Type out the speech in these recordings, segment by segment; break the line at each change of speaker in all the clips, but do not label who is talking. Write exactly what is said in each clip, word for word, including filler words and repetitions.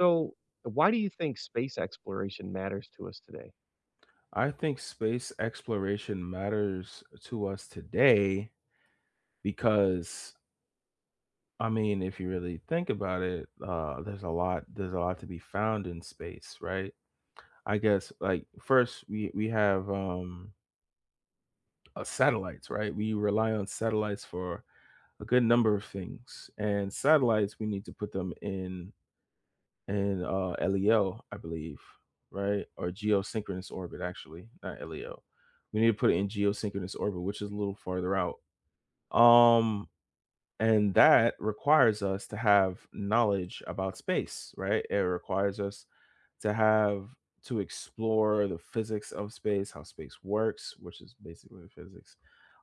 So, why do you think space exploration matters to us today?
I think space exploration matters to us today because, I mean, if you really think about it, uh, there's a lot there's a lot to be found in space, right? I guess, like, first we we have um uh, satellites, right? We rely on satellites for a good number of things, and satellites we need to put them in and uh, LEO, I believe, right? Or geosynchronous orbit, actually, not LEO. We need to put it in geosynchronous orbit, which is a little farther out. Um, and that requires us to have knowledge about space, right? It requires us to have to explore the physics of space, how space works, which is basically physics.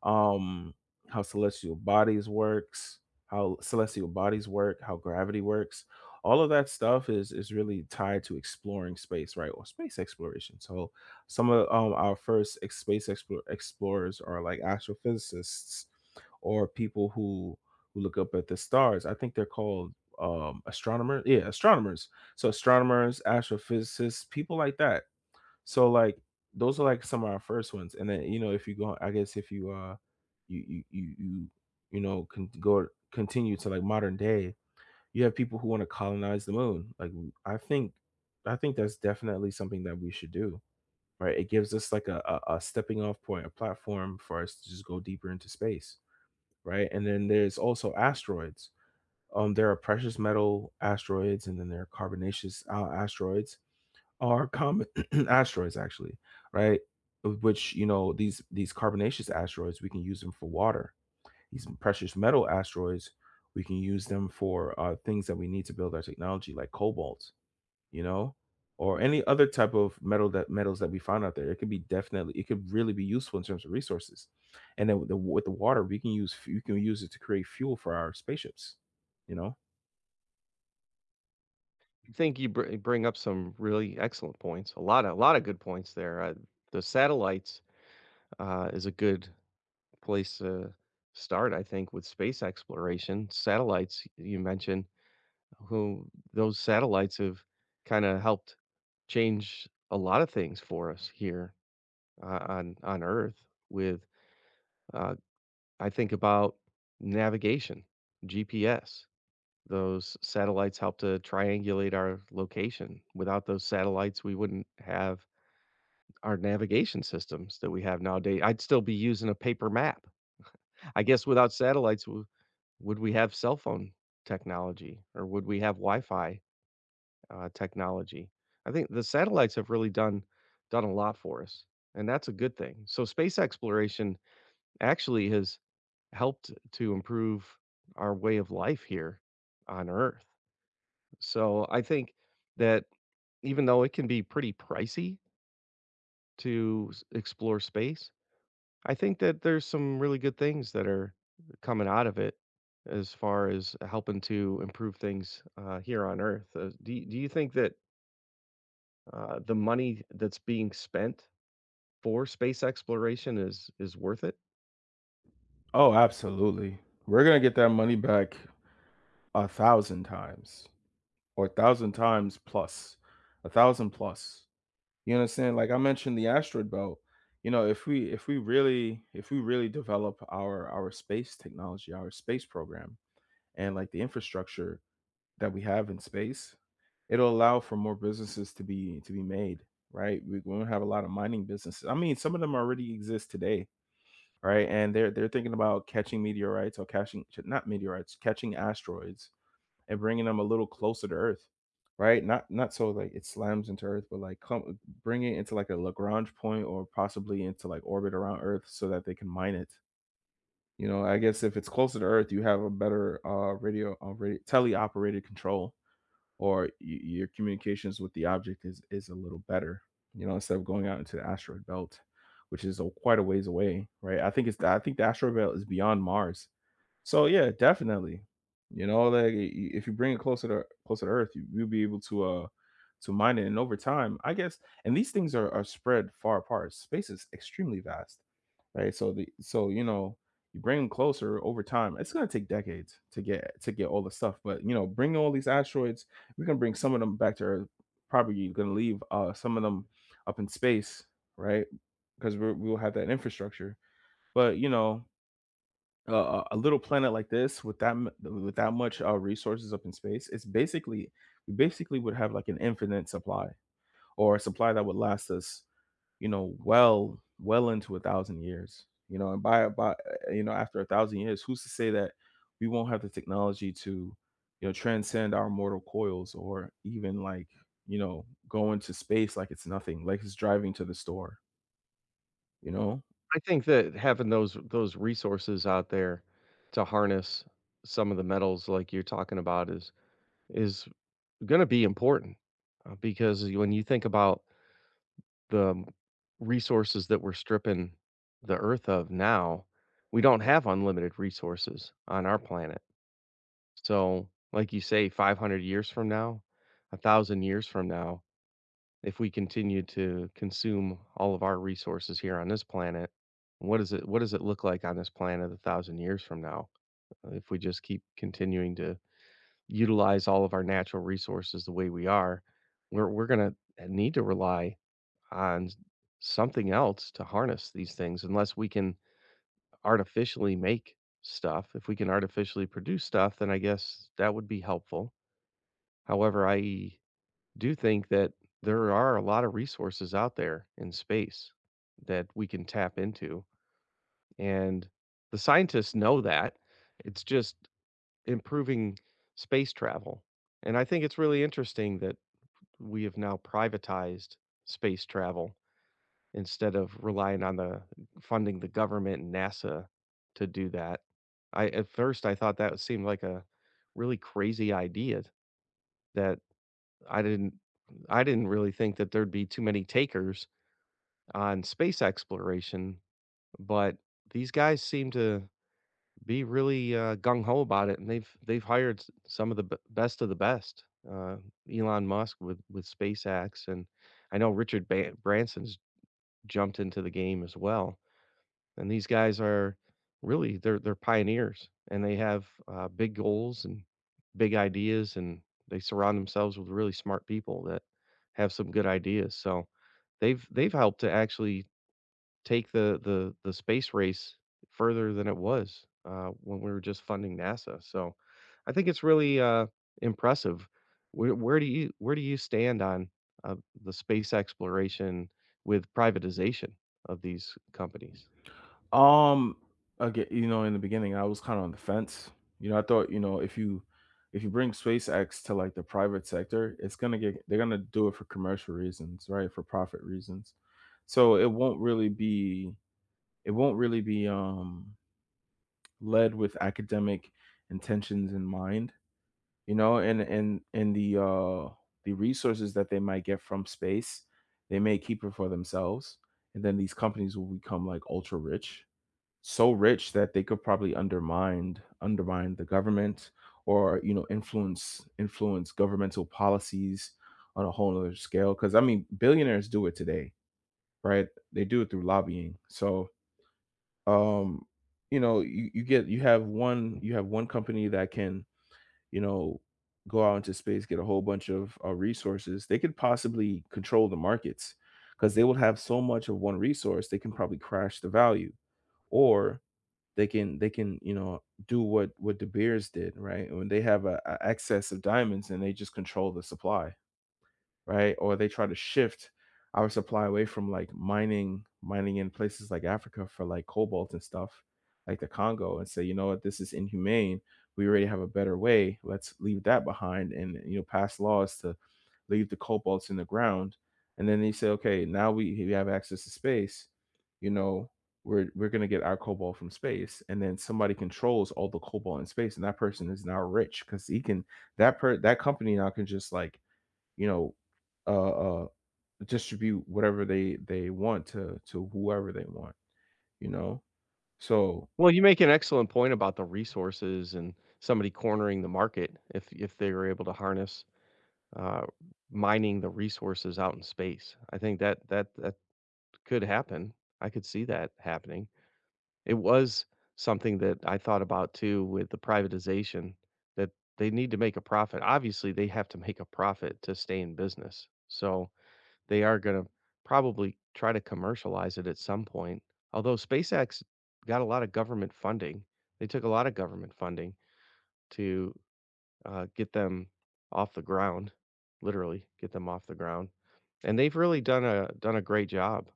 um how celestial bodies works how celestial bodies work, how gravity works, all of that stuff is is really tied to exploring space, right? Or space exploration. So some of um, our first ex- space explore, explorers are like astrophysicists, or people who who look up at the stars. I think they're called um astronomers. Yeah, astronomers. So astronomers, astrophysicists, people like that. So, like, those are like some of our first ones. And then, you know, if you go, I guess if you uh you you you you, you know can go continue to, like, modern day, you have people who want to colonize the moon. Like, I think I think that's definitely something that we should do. Right. It gives us, like, a, a, a stepping off point, a platform for us to just go deeper into space, right? And then there's also asteroids. Um, there are precious metal asteroids, and then there are carbonaceous uh, asteroids, or common asteroids, actually, right? Of which, you know, these these carbonaceous asteroids, we can use them for water. These precious metal asteroids, we can use them for uh, things that we need to build our technology, like cobalt, you know, or any other type of metal that metals that we find out there. It could be definitely, it could really be useful in terms of resources. And then with the with the water, we can use you can use it to create fuel for our spaceships, you know.
I think you br- bring up some really excellent points. A lot of a lot of good points there. Uh, the satellites uh, is a good place to start, I think, with space exploration. Satellites you mentioned, who those satellites have kind of helped change a lot of things for us here uh, on on Earth. With uh, I think about navigation, G P S. Those satellites help to triangulate our location. Without those satellites, we wouldn't have our navigation systems that we have nowadays. I'd still be using a paper map. I guess without satellites, w- would we have cell phone technology or would we have Wi-Fi uh, technology? I think the satellites have really done done a lot for us, and that's a good thing. So space exploration actually has helped to improve our way of life here on Earth. So I think that even though it can be pretty pricey to s explore space, I think that there's some really good things that are coming out of it as far as helping to improve things, uh, here on Earth. Uh, do you do you think that, uh, the money that's being spent for space exploration is is worth it?
Oh, absolutely. We're gonna get that money back a thousand times, or a thousand times plus, a thousand plus. You understand? Like I mentioned, the asteroid belt. You know, if we if we really if we really develop our our space technology, our space program, and like the infrastructure that we have in space, it'll allow for more businesses to be to be made, right? We, we're gonna have a lot of mining businesses. I mean, some of them already exist today, right? And they're they're thinking about catching meteorites, or catching, not meteorites, catching asteroids, and bringing them a little closer to Earth, right? Not not so like it slams into Earth, but like come bring it into like a Lagrange point, or possibly into like orbit around Earth, so that they can mine it. You know, I guess if it's closer to Earth, you have a better uh radio, uh, radio teleoperated control, or y- your communications with the object is is a little better, you know, instead of going out into the asteroid belt, which is, a, quite a ways away, right? i think it's the, I think the asteroid belt is beyond Mars. So yeah, definitely, you know, like, i- i- if you bring it closer to closer to Earth, you, you'll be able to uh to mine it, and over time I guess, and these things are, are spread far apart. Space is extremely vast, right? So the so, you know, you bring them closer over time, it's going to take decades to get to get all the stuff, but you know, bring all these asteroids, we're gonna bring some of them back to Earth. Probably you're gonna leave uh, some of them up in space, right? Because we we will have that infrastructure. But you know, uh, a little planet like this with that m- with that much uh, resources up in space, it's basically we basically would have like an infinite supply, or a supply that would last us, you know, well well into a thousand years. You know, and by by uh, you know, after a thousand years, who's to say that we won't have the technology to, you know, transcend our mortal coils, or even like, you know, go into space like it's nothing, like it's driving to the store, you know?
I think that having those those resources out there to harness some of the metals like you're talking about is is gonna be important, uh, because when you think about the um, resources that we're stripping the earth of now, we don't have unlimited resources on our planet. So, like you say, five hundred years from now, a thousand years from now, if we continue to consume all of our resources here on this planet, what is it? What does it look like on this planet a thousand years from now? Uh, If we just keep continuing to utilize all of our natural resources the way we are, we're we're gonna need to rely on something else to harness these things unless we can artificially make stuff. If we can artificially produce stuff, then I guess that would be helpful. However, I do think that there are a lot of resources out there in space that we can tap into. And the scientists know that. It's just improving space travel. And I think it's really interesting that we have now privatized space travel instead of relying on the funding the government and NASA to do that. I at first I thought that seemed like a really crazy idea that I didn't I didn't really think that there'd be too many takers on space exploration, but these guys seem to be really uh, gung ho about it, and they've they've hired s- some of the b- best of the best. Uh, Elon Musk with with SpaceX, and I know Richard ba- Branson's jumped into the game as well. And these guys are really they're they're pioneers and they have uh, big goals and big ideas and they surround themselves with really smart people that have some good ideas. So they've they've helped to actually take the the the space race further than it was uh, when we were just funding NASA. So I think it's really uh, impressive. Where, where do you where do you stand on uh, the space exploration with privatization of these companies?
Um, Again, you know, in the beginning, I was kind of on the fence. You know, I thought, you know, if you if you bring SpaceX to like the private sector, it's gonna get they're gonna do it for commercial reasons, right? For profit reasons. So it won't really be it won't really be um led with academic intentions in mind, you know, and and and the uh the resources that they might get from space, they may keep it for themselves, and then these companies will become like ultra rich, so rich that they could probably undermine undermine the government, or, you know, influence influence governmental policies on a whole other scale, because I mean, billionaires do it today, right? They do it through lobbying, so, um you know, you, you get you have one you have one company that can, you know, go out into space, get a whole bunch of uh, resources, they could possibly control the markets, because they will have so much of one resource, they can probably crash the value, or they can they can, you know, do what what De Beers did, right, when they have a, a excess of diamonds, and they just control the supply, right? Or they try to shift our supply away from like mining, mining in places like Africa for like cobalt and stuff, like the Congo, and say, you know what, this is inhumane. We already have a better way. Let's leave that behind, and, you know, pass laws to leave the cobalts in the ground. And then they say, okay, now we, we have access to space. You know, we're we're gonna get our cobalt from space, and then somebody controls all the cobalt in space, and that person is now rich because he can that per that company now can just like, you know, uh, uh, distribute whatever they they want to to whoever they want, you know. So
Well, you make an excellent point about the resources and somebody cornering the market if if they were able to harness uh, mining the resources out in space. I think that that that could happen. I could see that happening. It was something that I thought about too with the privatization that they need to make a profit. Obviously, they have to make a profit to stay in business. So they are gonna probably try to commercialize it at some point, although SpaceX got a lot of government funding. They took a lot of government funding to, uh, get them off the ground, literally get them off the ground, and they've really done a done a great job,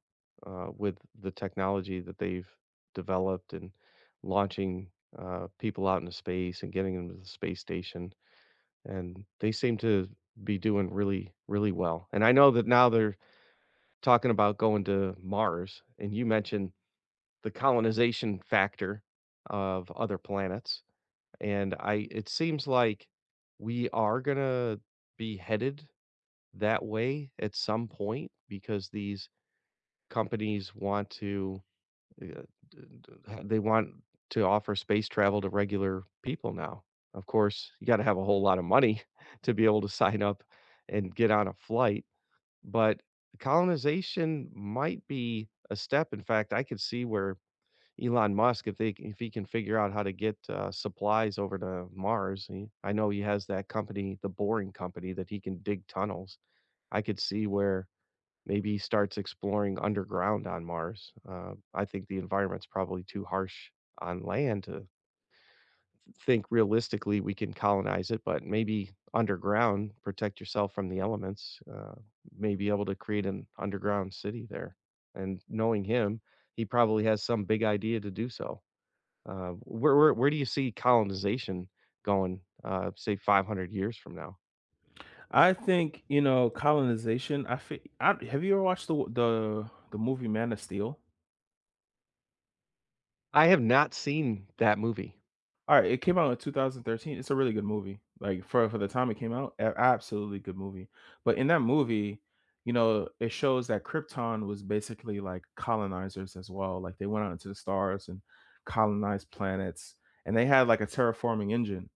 uh, with the technology that they've developed and launching, uh, people out into space and getting them to the space station, and they seem to be doing really, really well, and I know that now they're talking about going to Mars, and you mentioned the colonization factor of other planets, and I it seems like we are gonna be headed that way at some point because these companies want to uh, d- d- ha- they want to offer space travel to regular people now. Of course, you got to have a whole lot of money to be able to sign up and get on a flight, but colonization might be a step. In fact, I could see where Elon Musk, if they c- if he can figure out how to get uh, supplies over to Mars, he, I know he has that company, the Boring Company, that he can dig tunnels. I could see where maybe he starts exploring underground on Mars. Uh, I think the environment's probably too harsh on land think realistically we can colonize it, but maybe underground, protect yourself from the elements, uh, may be able to create an underground city there. And knowing him, he probably has some big idea to do so. Uh, where, where, where do you see colonization going, uh, say five hundred years from now?
I think, you know, colonization. I, fe- I Have you ever watched the the the movie Man of Steel?
I have not seen that movie.
Alright, it came out in two thousand thirteen It's a really good movie, like, for for the time it came out, a absolutely good movie, but in that movie, you know, it shows that Krypton was basically, like, colonizers as well, like, they went out into the stars and colonized planets, and they had, like, a terraforming engine,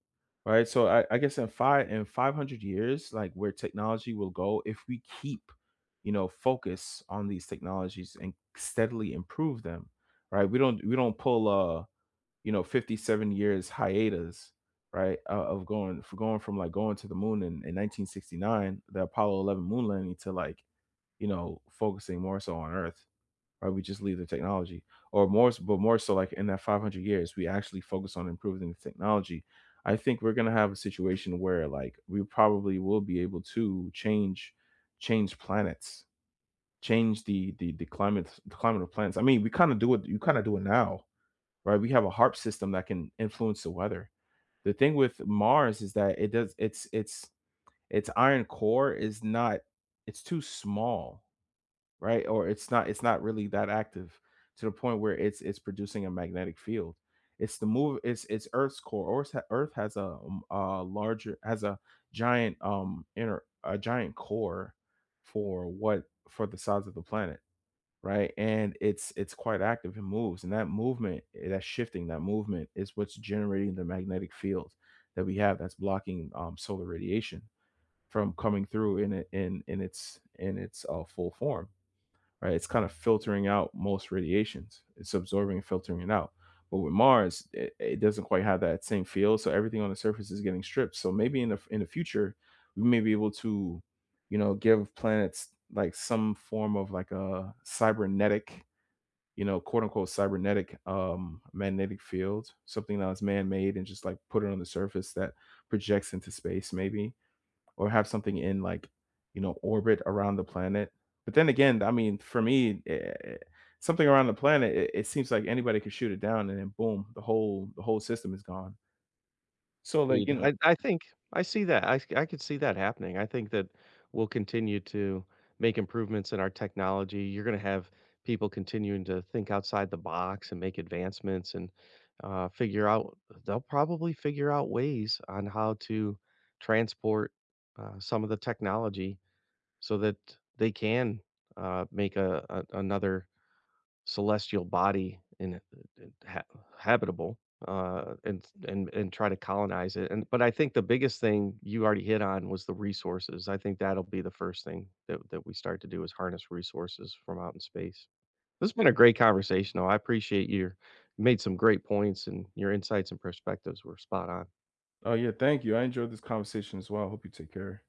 right? So, I I guess in five in five hundred years, like, where technology will go if we keep, you know, focus on these technologies and steadily improve them, right? We don't we don't pull, uh you know, fifty-seven years hiatus, right, uh, of going for going from like going to the moon in, in nineteen sixty-nine, the Apollo eleven moon landing, to like, you know, focusing more so on Earth, right, we just leave the technology. Or more so, but more so like in that five hundred years we actually focus on improving the technology. I think we're going to have a situation where, like, we probably will be able to change change planets, change the the the climate the climate of planets. I mean, we kind of do it, you kind of do it now, right? We have a harp system that can influence the weather. The thing with Mars is that it does its its its iron core is not, it's too small, right? Or it's not it's not really that active to the point where it's it's producing a magnetic field. It's the move it's it's Earth's core. Or it's ha- Earth has a, um, a larger has a giant um inner a giant core for what for the size of the planet, right? And it's it's quite active. It moves, and that movement, eh, that shifting, that movement is what's generating the magnetic field that we have, that's blocking um, solar radiation from coming through in it in in its in its uh, full form, right? It's kind of filtering out most radiations. It's absorbing and filtering it out. But with Mars, it, it doesn't quite have that same field, so everything on the surface is getting stripped. So maybe in the in the future, we may be able to, you know, give planets like some form of like a cybernetic, you know, quote unquote cybernetic, um, magnetic field, something that was man made and just like put it on the surface that projects into space, maybe, or have something in like, you know, orbit around the planet. But then again, I mean, for me, eh, eh, something around the planet, it, it seems like anybody could shoot it down, and then boom, the whole the whole system is gone. So like, you
Indeed.
know,
I I think I see that. I c I could see that happening. I think that we'll continue to make improvements in our technology. You're gonna have people continuing to think outside the box and make advancements and, uh, figure out they'll probably figure out ways on how to transport, uh, some of the technology so that they can, uh, make a a another celestial body and ha- habitable uh and and and try to colonize it, and but I think the biggest thing you already hit on was the resources. I think that'll be the first thing that, that we start to do is harness resources from out in space. This has been a great conversation though. I appreciate your you made some great points and your insights and perspectives were spot on.
oh yeah, thank you. I enjoyed this conversation as well. Hope you take care.